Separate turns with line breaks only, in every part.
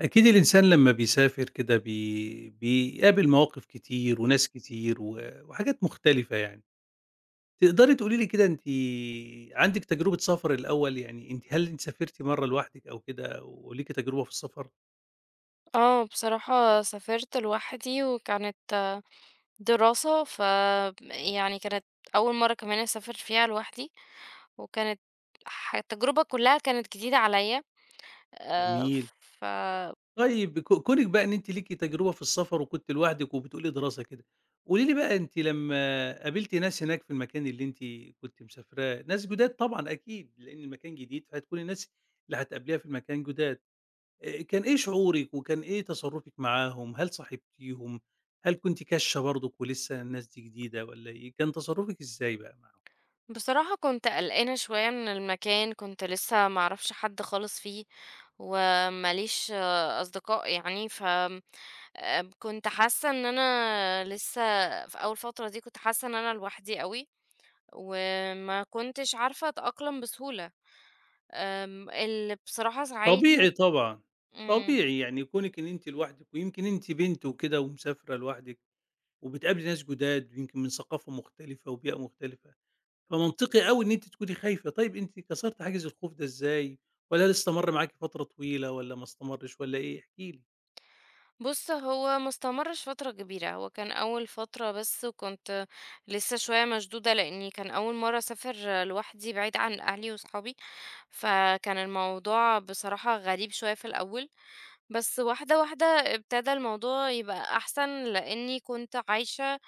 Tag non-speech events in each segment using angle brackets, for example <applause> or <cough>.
أكيد الإنسان لمّا بيسافر كده بيقابل مواقف كتير وناس كتير وحاجات مختلفة يعني. تقدري تقولي لي كده أنتِ عندِك تجربة سفر الأول، يعني أنتِ هل أنتِ سافرتِ مرّة لوحدِك أو كده وليكِ تجربة في السفر؟
بصراحة سافرت لوحدي وكانت دراسة ف يعني كانت أول مرة كمان أسافر فيها لوحدي وكانت التجربة كلها كانت جديدة عليا. آه،
جميل.
ف
طيب كونِك بقى إن أنتِ ليكِ تجربة في السفر وكنتِ لوحدِك وبتقولي دراسة كده، قولي لي بقى أنتِ لمّا قابلتِ ناس هناك في المكان اللي أنتِ كنتِ مسافراه، ناس جداد طبعًا أكيد، لإن المكان جديد فهتكون الناس اللي هتقابليها في المكان جداد. كان إيه شعورِك وكان إيه تصرُّفِك معاهم؟ هل صاحبتيهم؟ هل كنتِ كاشة برضُك ولسه الناس دي جديدة والّا إيه؟ كان تصرُّفِك إزاي بقى معاهم؟
بصراحة كنت قلقانة شوية من المكان، كنت لسه معرفش حد خالص فيه ومليش أصدقاء يعني. ف آه، كنت حاسة إن أنا لسه في أول فترة دي كنت حاسة إن أنا لوحدي قوي، وما كنتش عارفة أتأقلم بسهولة. اللي بصراحة ساعدني،
طبيعي طبعًا،
إمم،
طبيعي يعني كونِك إن أنتِ لوحدِك ويمكن أنتِ بنت وكده ومسافرة لوحدِك وبتقابلي ناس جُداد ويمكن من ثقافة مختلفة وبيئة مختلفة، فمنطقي أوي إن أنتِ تكوني خايفة. طيب أنتِ كسرتِ حاجز الخوف ده إزاي والّا ده استمر معاكِ فترة طويلة والّا ما استمرش والّا إيه؟ احكي لي.
بُص هو ما استمرش فترة كبيرة، هو كان أول فترة بس وكنت لسه شوية مشدودة، لإني كان أول مرة أسافر لوحدي بعيد عن أهلي وصحابي، فكان الموضوع بصراحة غريب شوية في الأول، بس واحدة واحدة ابتدى الموضوع يبقى أحسن، لإني كنت عايشة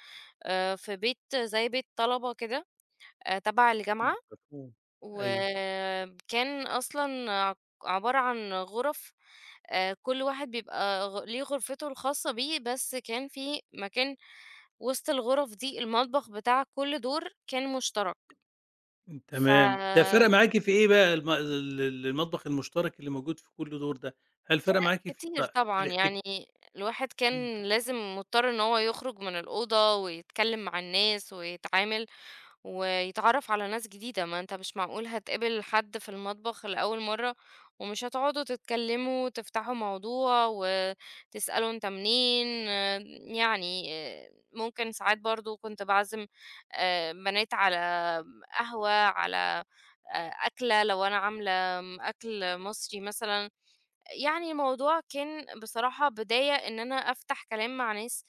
في بيت زي بيت طلبة كده، تبع الجامعة.
إمم، مفهوم. أيوه.
وكان أصلًا عبارة عن غُرف، كل واحد بيبقى ليه غرفته الخاصة بيه، بس كان في مكان وسط الغُرف دي المطبخ بتاع كل دور كان مشترك،
إمم، تمام. ده فرق
فكتير
معاكِ في إيه بقى الم ال ال المطبخ المشترك اللي موجود في كل دور ده؟ هل فرق معاكِ في
طبعًا
الاحتك
يعني الواحد
إمم،
كان لازم مضطر إن هو يخرج من الأوضة ويتكلم مع الناس ويتعامل ويتعرف على ناس جديدة. ما انت مش معقول هتقابل حد في المطبخ لأول مرة ومش هتقعدوا تتكلموا وتفتحوا موضوع وتسألوا انت منين. يعني ممكن ساعات برضو كنت بعزم بنات على قهوة، على أكلة لو أنا عاملة أكل مصري مثلا. يعني الموضوع كان بصراحة بداية إن أنا أفتح كلام مع ناس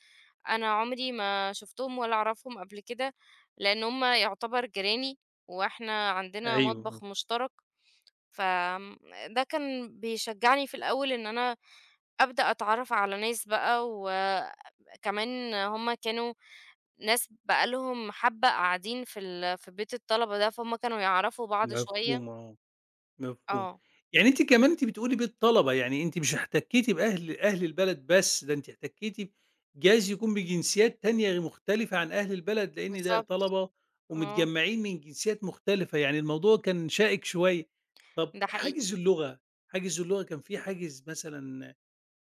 أنا عمري ما شفتهم ولا أعرفهم قبل كده، لأن هما يعتبر جيراني وإحنا عندنا
أيوه،
مطبخ مشترك. فده كان بيشجعني في الأول إن أنا أبدأ أتعرف على ناس بقى، وكمان هما كانوا ناس بقالهم حبة قاعدين في في بيت الطلبة ده فهم كانوا يعرفوا بعض شوية.
مفهوم آه، مفهوم.
اه،
يعني أنتِ كمان أنتِ بتقولي بالطلبة، يعني أنتِ مش احتكيتِ أهل البلد بس، ده أنتِ احتكيتِ جايز يكون بجنسيات تانية مختلفة عن أهل البلد، لإن ده
بالظبط.
طلبة
اه،
ومتجمّعين من جنسيات مختلفة، يعني الموضوع كان شائك شوية. طَب
ده حقيقي.
حاجز اللغة، حاجز اللغة كان في حاجز مثلًا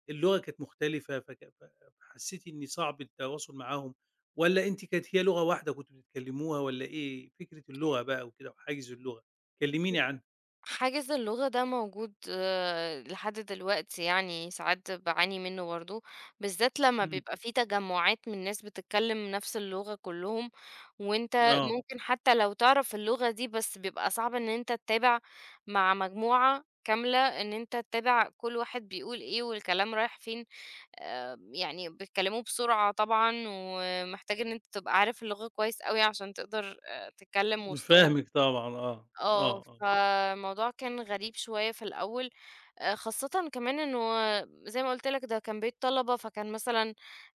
اللغة كانت مختلفة فك ف فحسّيتِ إن صعب التواصل معاهم والّا أنتِ كانت هي لغة واحدة كنتم بتتكلموها والّا إيه فكرة اللغة بقى وكده وحاجز اللغة؟ كلميني عنها.
حاجز اللغة ده موجود لحد دلوقتي، يعني ساعات بعاني منه برضو، بالذات لما
إمم،
بيبقى في تجمعات من ناس بتتكلم نفس اللغة كلهم، وانت
آه،
ممكن حتى لو تعرف اللغة دي بس بيبقى صعب ان انت تتابع مع مجموعة كاملة، ان انت تتابع كل واحد بيقول ايه والكلام رايح فين. يعني بيتكلموا بسرعة طبعا، ومحتاج ان انت تبقى عارف اللغة كويس قوي عشان تقدر تتكلم وسطهم.
فاهمِك طبعًا آه، آه، آه،
فالموضوع كان غريب شوية في الأول، خاصةً كمان إنه زي ما قُلت لك ده كان بيت طلبة، فكان مثلًا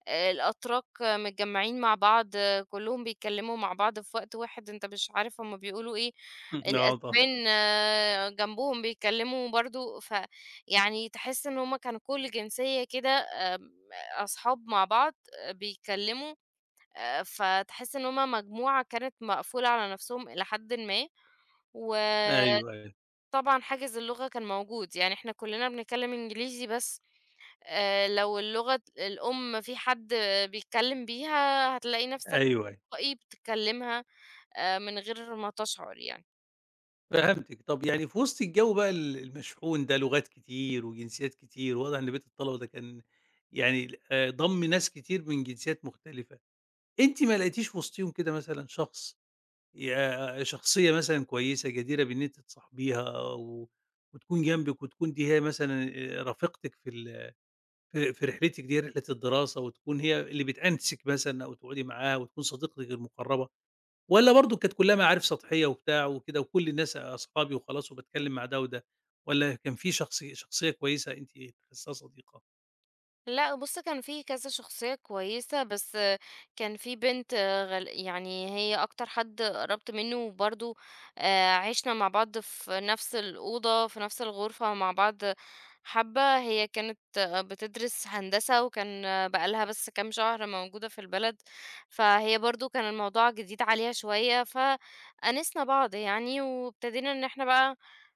الأتراك متجمّعين مع بعض، آه، كلّهم بيتكلّموا مع بعض في وقت واحد، أنت مش عارف هم بيقولوا إيه،
<laughs> آه طبعًا،
الأسبان جنبهم بيتكلّموا برضه، فيعني تحس إن هم كانوا كل جنسية كده أصحاب مع بعض، بيتكلّموا. فتحس إن هم مجموعة كانت مقفولة على نَفْسهم إلى حدٍ ما، و
أيوه، أيوه،
طبعًا حاجز اللغة كان موجود، يعني إحنا كلّنا بنتكلّم إنجليزي بس لو اللغة الأم في حد بيتكلّم بيها هتلاقي
أيوه،
نَفْسك
أيوه،
تلقائي بتتكلّمها من غير ما تشعر يعني.
فهمتِك، طب يعني في وسط الجو بقى المشحون ده لغات كتير وجنسيات كتير، واضح إن بيت الطلبة ده كان يعني ضَم ناس كتير من جنسيات مختلفة، أنتِ ما لقيتيش وسطيهم كده مثلًا شخص يا شخصية مثلًا كويسة جديرة بإن أنتِ تصاحبيها وتكون جنبِك وتكون دي هي مثلًا رفيقتِك في رحلتِك دي، رحلة الدراسة وتكون هي اللي بتأنسِك مثلًا أو تقعدي معاها وتكون صديقتِك المقربة، والّا برضه كانت كلّها معارف سطحية وبتاع وكده وكل الناس أصحابي وخلاص وباتكلّم مع ده وده، والّا كان في شخصية كويسة أنتِ حاسّاها صديقة؟
لأ بُص، كان في كذا شخصية كويسة، بس كان في بنت يعني هي أكتر حد قربت منه، وبرضه عِشنا مع بعض في نفس الأوضة، في نفس الغرفة مع بعض حبّة. هي كانت بتدرس هندسة، وكان بقى لها بس كام شهر موجودة في البلد، فهي برضه كان الموضوع جديد عليها شوية، فأنسنا بعض يعني، وابتدينا إن إحنا بقى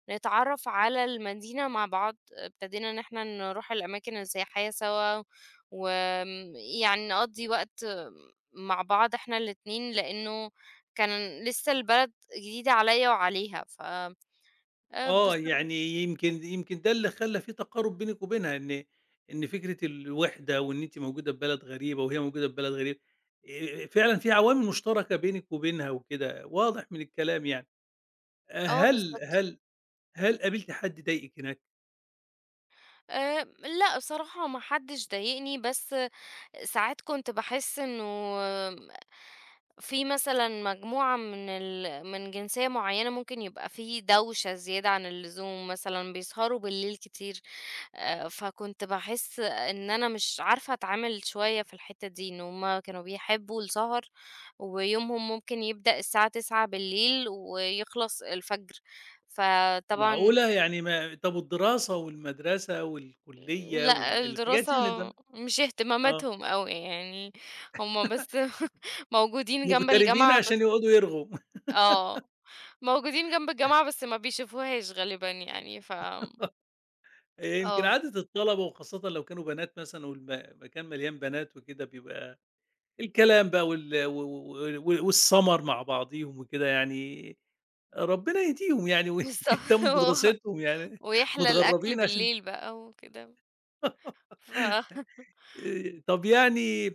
نتعرّف على المدينة مع بعض. ابتدينا إن إحنا نروح الأماكن السياحية سوا، ويعني نقضّي وقت مع بعض إحنا الاتنين، لإنه كان لسه البلد جديدة عليّا وعليها. ف
آه،
بصراحة
يعني يمكن ده اللي خلّى في تقارب بينِك وبينها، إن فكرة الوِحدة وإن أنتِ موجودة في بلد غريبة وهي موجودة في بلد غريبة، فعلًا في عوامل مشتركة بينِك وبينها وكده، واضح من الكلام يعني. آآ
آه،
هل
بالضبط.
هل هل قابلتِ حد ضايقِك هناك؟
لأ، بصراحة ما حدش ضايقني، بس ساعات كنت باحس إنه في مثلًا مجموعة من من جنسية معيّنة ممكن يبقى في دوشة زيادة عن اللزوم مثلًا، بيسهروا بالليل كتير. فكنت باحس إن أنا مش عارفة أتعامل شوية في الحتّة دي، إن هُم كانوا بيحبوا السهر ويومهم ممكن يبدأ الساعة 21:00 ويخلص الفجر، فطبعًا
معقولة! يعني ما طَب والدراسة والمدرسة والكُلّية
لأ، الدراسة
الحاجات يعني ده
مش
آه،
اهتماماتهم أوي يعني، هُم بس <laughs> موجودين جنب
مغتربين
الجامعة
عشان
بس.
يقعدوا يرغوا. <laughs>
آه، موجودين جنب الجامعة بس ما بيشوفوهاش غالبًا يعني. ف
يمكن
آه.
عادة الطلبة وخاصةً لو كانوا بنات مثلًا مكان مليان بنات وكده بيبقى الكلام بقى وال و والسَمَر مع بعضيهم وكده يعني ربنا يهديهم يعني <laughs>
بالضبط.
ويهتموا
<laughs>
بدراستهم يعني <laughs>
ويحلى الأكل
متغرّبين عشان
بالليل بقى وكده. ف
طب يعني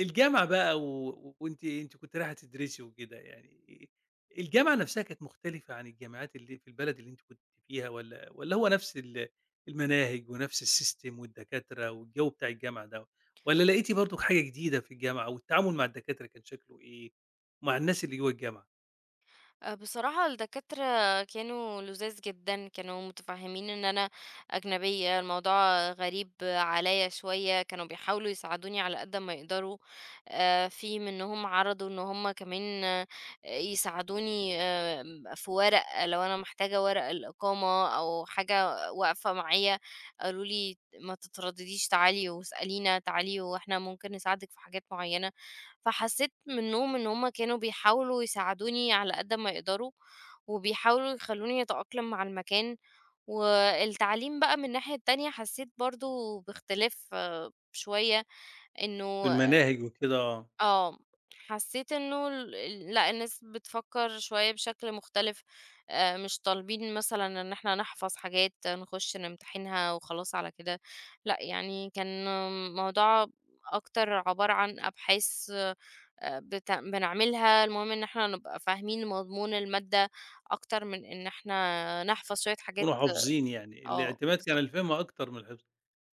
الجامعة بقى وأنتِ كنتِ رايحة تدرسي وكده يعني، الجامعة نفسها كانت مختلفة عن الجامعات اللي في البلد اللي أنتِ كنتِ فيها والّا هو نفس المناهج ونفس السيستم والدكاترة والجو بتاع الجامعة ده، والّا لقيتِ برضه حاجة جديدة في الجامعة والتعامل مع الدكاترة كان شكله إيه، ومع الناس اللي جوه الجامعة؟
أه بصراحة الدكاترة كانوا لذاذ جدًا، كانوا متفهمين إن أنا أجنبية، الموضوع غريب عليَّ شوية، كانوا بيحاولوا يساعدوني على قد ما يقدروا. في منهم عرضوا إن هُم كمان يساعدوني في ورق لو أنا محتاجة ورق الإقامة أو حاجة واقفة معايا، قالوا لي: "ما تتردديش تعالي واسألينا، تعالي وإحنا ممكن نساعدِك في حاجات معينة." فحسيت منهم إن هم كانوا بيحاولوا يساعدوني على قد ما يقدروا، وبيحاولوا يخلوني أتأقلم مع المكان. والتعليم بقى من الناحية التانية حسيت برضه باختلاف شوية،
في
إنه
المناهج وكده آه،
آه، حسيت إنه ال ال لأ، الناس بتفكر شوية بشكل مختلف. مش طالبين مثلًا إن إحنا نحفظ حاجات نخش نمتحنها وخلاص على كده، لأ، يعني كان الموضوع أكتر عبارة عن أبحاث بت بنعملها، المهم إن إحنا نبقى فاهمين مضمون المادة أكتر من إن إحنا نحفظ شوية حاجات.
كانوا حافظين يعني،
آه،
الاعتماد كان
بالضبط.
الفهم أكتر من الحفظ.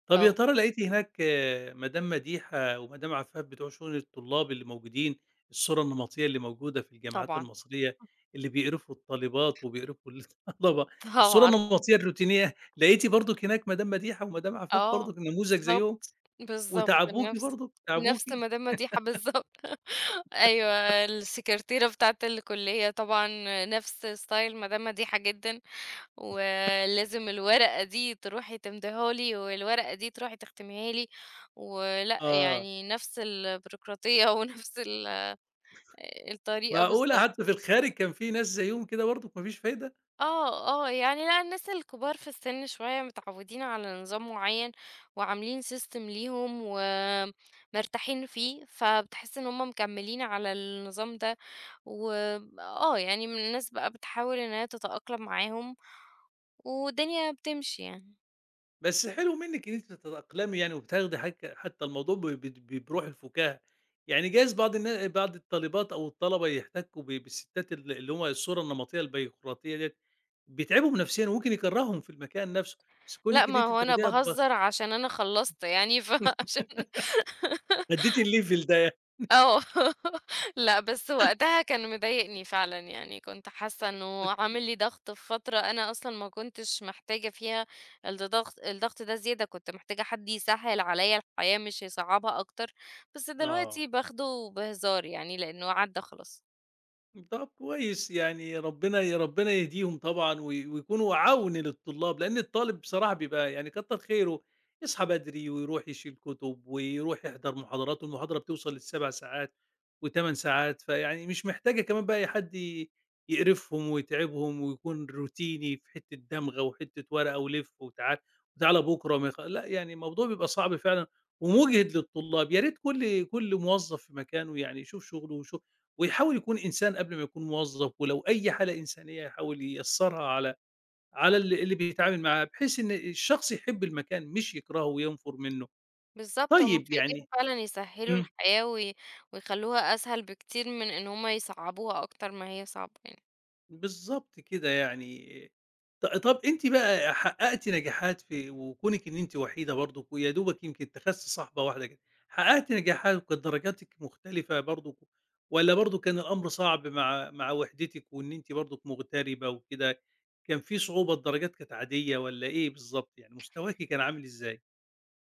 طب يا
آه،
ترى لقيتِ هناك آه، مدام مديحة ومدام عفاف بتوع شؤون الطلاب اللي موجودين، الصورة النمطية اللي موجودة في الجامعات
طبعًا.
المصرية، اللي بيقرفوا الطالبات وبيقرفوا الطلبة،
<laughs>
الصورة
طبعًا.
النمطية الروتينية، لقيتِ برضُك هناك مدام مديحة ومدام عفاف
آه،
برضُك نموذج زيهم،
بالضبط، بالضبط،
وتعبوكِ
نفس
برضُك، تعبوكِ؟
نفس مدام مديحة بالضبط. <laughs> أيوه، السكرتيرة بتاعة الكلية طبعًا نفس ستايل مدام مديحة جدًا، ولازم الورقة دي تروحي تمضيها لي، والورقة دي تروحي تختميها لي، ولأ
آه،
يعني نفس البيروقراطية <laughs> ونفس ال الطريقة
معقولة
بالضبط.
حتى في الخارج كان في ناس زيهم كده برضُك ما فيش فايدة؟
آه، آه. يعني لأ، الناس الكبار في السِن شوية متعوّدين على نظام معيّن وعاملين system ليهم ومرتاحين فيه، فبتحس إن هم مكمّلين على النظام ده آه. يعني من الناس بقى بتحاول إن هي تتأقلم معاهم والدنيا بتمشي يعني.
بس حلو منِّك إن أنتِ بتتأقلمي يعني وبتاخدي حتى الموضوع ب بد ب بروح الفُكاهة، يعني جايز بعض الطالبات أو الطلبة يحتكّوا بالستات اللي هُم الصورة النمطية البيروقراطية ديّة، بيتعبهم نفسيًا وممكن يكرّههم في المكان نفسه، بس
لأ
كونِك إن
ما
أنتِ
هو أنا
بتاخديها
باهزّر عشان أنا خلّصت يعني <laughs> فعشان
أدّيتِ الlevel ده يعني.
آه <laughs> لأ، بس وقتها كان مضايقني فعلًا، يعني كنت حاسة إنه عامل
<laughs>
لي ضغط في فترة أنا أصلًا ما كنتش محتاجة فيها الضغط ده زيادة، كنت محتاجة حد يسهّل عليّا الحياة مش يصعّبها أكتر، بس
آه.
دلوقتي باخده بهزار يعني لإنه عدّى خلاص.
طب كويس، يعني ربنا يهديهم طبعًا ويكونوا عَوْن للطلاب، لإن الطالب بصراحة بيبقى يعني كتّر خيره، يصحى بدري ويروح يشيل كُتب ويروح يحضر محاضرات، والمحاضرة بتوصل ل7 ساعات و8 ساعات، فيعني مش محتاجة كمان بقى أي حد يقرفهم ويتعبهم ويكون روتيني في حتّة دمغة وحتّة ورقة ولِف وتعال، وتعالَ بُكرة وما يخ لأ، يعني الموضوع بيبقى صعب فعلًا ومُجهِد للطلاب، يا ريت كل موظف في مكانه يعني يشوف شُغله ويحاول يكون إنسان قبل ما يكون موظف، ولو أي حالة إنسانية يحاول ييسّرها على اللي بيتعامل معاه، بحيث إن الشخص يحب المكان مش يكرهه وينفُر منّه.
بالضبط، هُم
طيب
في إيديهم
يعني
فعلًا يسهّلوا
إمم.
الحياة ويخلّوها أسهل بكتير من إن هُم يصعّبوها أكتر ما هي صعبة يعني.
بالضبط كده يعني طَب أنتِ بقى حققتِ نجاحات في وكونِك إن أنتِ وحيدة برضه ويا دوبك يمكن تخَسّي صاحبة واحدة كده، حققتِ نجاحات وكانت درجاتِك مختلفة برضه والّا برضه كان الأمر صعب مع وحدتِك وإن أنتِ برضه مغتربة وكده، كان في صعوبة الدرجات كانت عادية والّا إيه بالضبط يعني مستواكِ كان عامل إزاي؟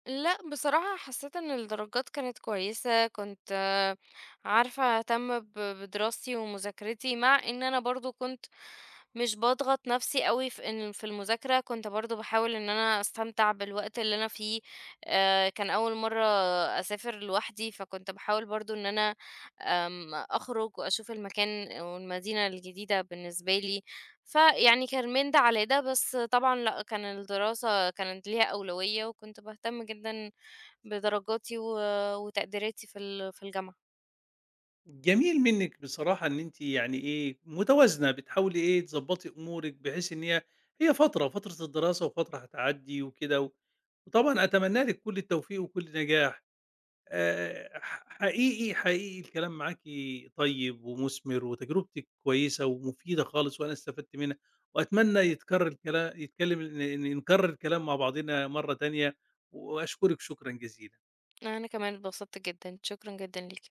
لأ، بصراحة حسيت إن الدرجات كانت كويسة، كنت عارفة أهتم بدراستي ومذاكرتي، مع إن أنا برضه كنت مش باضغط نفسي أوي في إن في المذاكرة، كنت برضه باحاول إن أنا أستمتع بالوقت اللي أنا فيه. كان أول مرة أسافر لوحدي، فكنت باحاول برضه إن أنا أخرج وأشوف المكان والمدينة الجديدة بالنسبة لي. فيعني كان من ده على ده، بس طبعًا لأ، كان الدراسة كانت ليها أولوية، وكنت باهتم جدًا بدرجاتي وتقديراتي في ال في الجامعة.
جميل منِّك بصراحة إن أنتِ يعني إيه، متوازنة، بتحاولي إيه، تضبّطي أمورِك بحيث إن هي هي فترة، فترة الدراسة وفترة هتعدّي وكده وطبعًا أتمنّى لِك كل التوفيق وكل نجاح. ح حقيقي، حقيقي الكلام معاكِ طيب ومُثمر وتجربتِك كويسة ومفيدة خالص وأنا استفدت منها وأتمنى يتكرر يتكلّم ن ن نكرّر الكلام مع بعضنا مرّة تانية وأشكرِك شكرًا جزيلًا.
أنا كمان اتبسطت جدًا، شكرًا جدًا ليكِ.